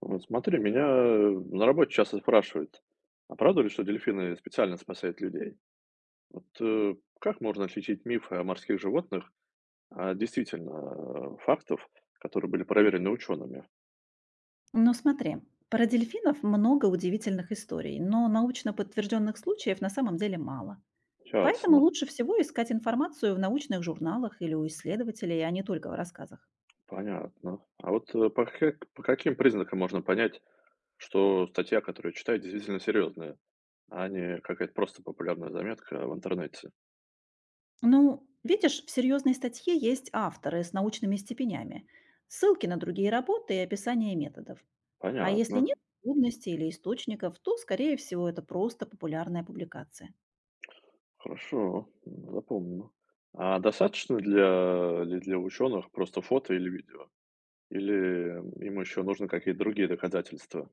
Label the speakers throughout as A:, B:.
A: Вот смотри, меня на работе часто спрашивают, а правда ли, что дельфины специально спасают людей? Вот как можно отличить мифы о морских животных от действительно фактов, которые были проверены учеными?
B: Ну смотри, про дельфинов много удивительных историй, но научно подтвержденных случаев на самом деле мало. Поэтому
A: Ясно,
B: лучше всего искать информацию в научных журналах или у исследователей, а не только в рассказах.
A: понятно. А вот по каким признакам можно понять, что статья, которую читаю, действительно серьезная, а не какая-то просто популярная заметка в интернете?
B: Ну, видишь, в серьезной статье есть авторы с научными степенями, ссылки на другие работы и описание методов. А если
A: Понятно.
B: нет трудностей или источников, то, скорее всего, это просто популярная публикация.
A: Хорошо, запомню. А достаточно для ученых просто фото или видео? Или им еще нужны какие-то другие доказательства?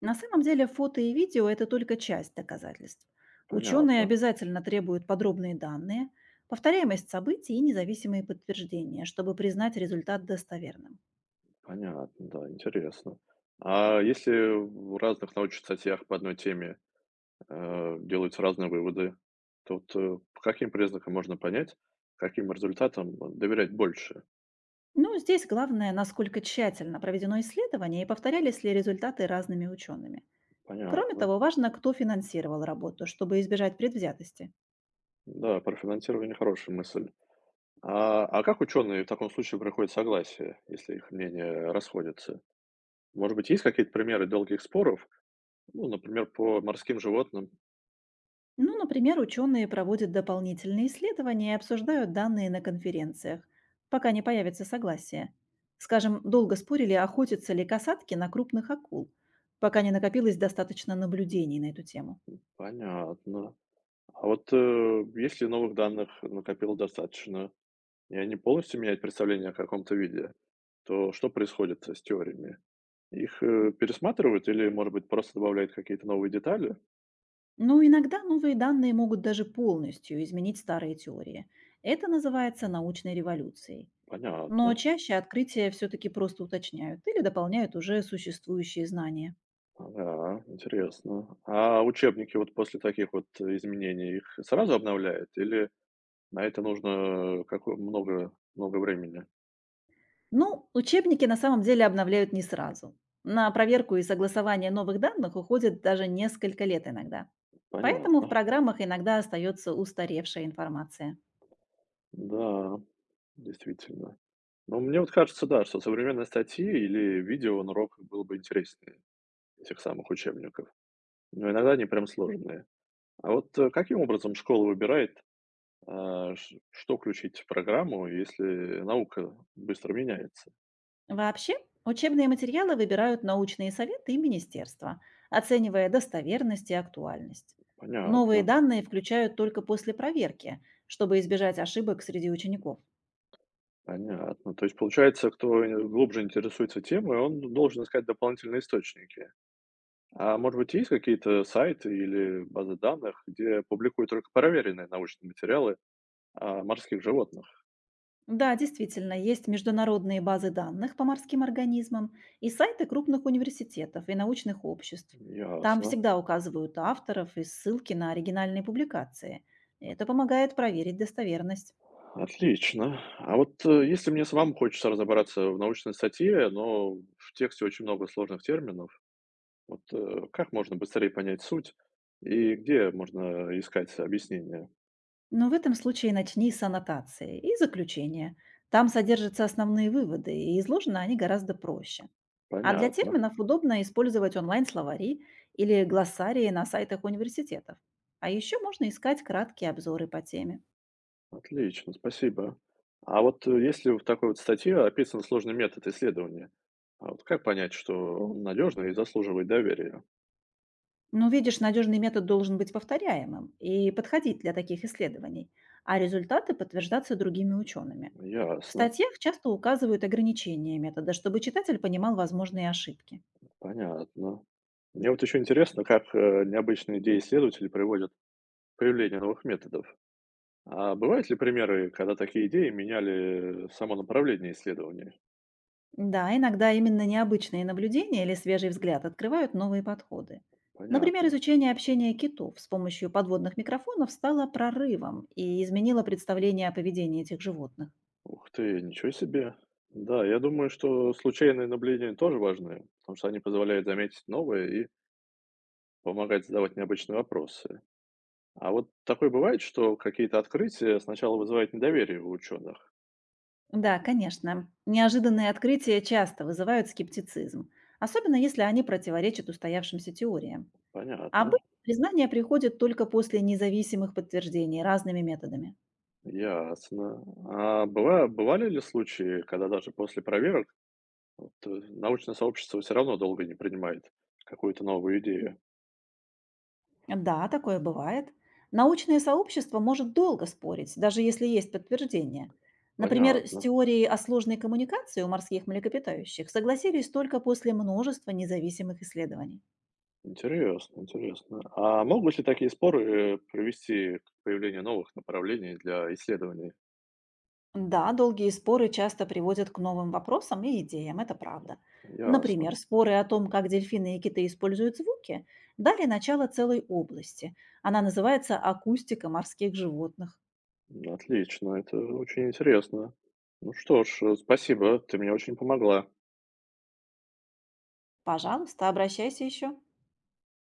B: На самом деле фото и видео– это только часть доказательств. Ученые
A: Понятно,
B: обязательно требуют подробные данные, повторяемость событий и независимые подтверждения, чтобы признать результат достоверным.
A: понятно, да, интересно. А если в разных научных статьях по одной теме, делаются разные выводы, то вот, по каким признакам можно понять, каким результатам доверять больше?
B: Но здесь главное, насколько тщательно проведено исследование и повторялись ли результаты разными учеными. Кроме
A: Понятно.
B: того, важно, кто финансировал работу, чтобы избежать предвзятости.
A: Да, про финансирование хорошая мысль. А как ученые в таком случае приходят к согласию, если их мнения расходятся? Может быть, есть какие-то примеры долгих споров? Ну, например, по морским животным.
B: Ну, например, ученые проводят дополнительные исследования и обсуждают данные на конференциях, пока не появится согласие. Скажем, долго спорили, охотятся ли касатки на крупных акул, пока не накопилось достаточно наблюдений на эту тему.
A: Понятно. А вот если новых данных накопило достаточно, и они полностью меняют представление о каком-то виде, то что происходит с теориями? Их пересматривают или, может быть, просто добавляют какие-то новые детали?
B: Но иногда новые данные могут даже полностью изменить старые теории. Это называется научной революцией. Но
A: Понятно.
B: чаще открытия все-таки просто уточняют или дополняют уже существующие знания.
A: Да, интересно. А учебники вот после таких вот изменений их сразу обновляют или на это нужно э, какое много много времени.
B: Ну, учебники на самом деле обновляют не сразу. На проверку и согласование новых данных уходит даже несколько лет иногда. Поэтому в
A: Понятно.
B: программах иногда остается устаревшая информация.
A: Да, действительно. Но мне вот кажется, да, что современные статьи или видео на уроках было бы интереснее этих самых учебников. Но иногда они прям сложные. А вот, каким образом школа выбирает, а, ш что включить в программу, если наука быстро меняется?
B: Вообще, учебные материалы выбирают научные советы и министерства, оценивая достоверность и актуальность. Новые
A: Понятно,
B: данные включают только после проверки, чтобы избежать ошибок среди учеников.
A: понятно. То есть, получается, кто, глубже интересуется темой, он должен искать дополнительные источники. А может быть, есть какие-то сайты или базы данных, где публикуют только проверенные научные материалы о морских животных?
B: Да, действительно, есть международные базы данных по морским организмам и сайты крупных университетов и научных обществ. Там
A: Ясно.
B: всегда указывают авторов и ссылки на оригинальные публикации. Это помогает проверить достоверность.
A: Отлично. А вот если мне самому хочется разобраться в научной статье, но в тексте очень много сложных терминов, вот как можно быстрее понять суть и где можно искать объяснение?
B: Но в этом случае начни с аннотации и заключения. Там содержатся основные выводы, и изложены они гораздо проще. А для
A: Понятно.
B: терминов удобно использовать онлайн-словари или глоссарии на сайтах университетов. А еще можно искать краткие обзоры по теме.
A: Отлично, спасибо. А вот, если в такой вот статье описан сложный метод исследования, а вот как понять, что он надежный и заслуживает доверия?
B: Ну, видишь, надежный метод должен быть повторяемым и подходить для таких исследований, а результаты подтверждаться другими учеными. В
A: Ясно,
B: статьях часто указывают ограничения метода, чтобы читатель понимал возможные ошибки.
A: понятно. Мне вот еще интересно, как необычные идеи исследователей приводят к появлению новых методов. А бывают ли примеры, когда такие идеи меняли само направление исследований?
B: Да, иногда именно необычные наблюдения или свежий взгляд открывают новые подходы. Например,
A: Понятно.
B: изучение общения китов с помощью подводных микрофонов стало прорывом и изменило представление о поведении этих животных.
A: Ух ты, ничего себе. Да, я думаю, что случайные наблюдения тоже важны, потому что они позволяют заметить новые и помогает задавать необычные вопросы. А вот такое бывает, что какие-то открытия сначала вызывают недоверие у ученых.
B: Да, конечно. Неожиданные открытия часто вызывают скептицизм, особенно если они противоречат устоявшимся теориям. А
A: Понятно,
B: обычно признание приходит только после независимых подтверждений разными методами.
A: ясно. А бывали ли случаи, когда даже после проверок вот, научное сообщество все равно долго не принимает какую-то новую идею?
B: Да, такое бывает. Научное сообщество может долго спорить, даже если есть подтверждение. Например, с
A: Понятно.
B: теорией о сложной коммуникации у морских млекопитающих согласились только после множества независимых исследований.
A: Интересно, интересно. А могут ли такие споры привести к появлению новых направлений для исследований?
B: Да, долгие споры часто приводят к новым вопросам и идеям, это правда.
A: Ясно.
B: Например, споры о том, как дельфины и киты используют звуки, дали начало целой области. Она называется акустика морских животных.
A: Отлично, это очень интересно. Ну что ж, спасибо, ты мне очень помогла.
B: Пожалуйста, обращайся еще.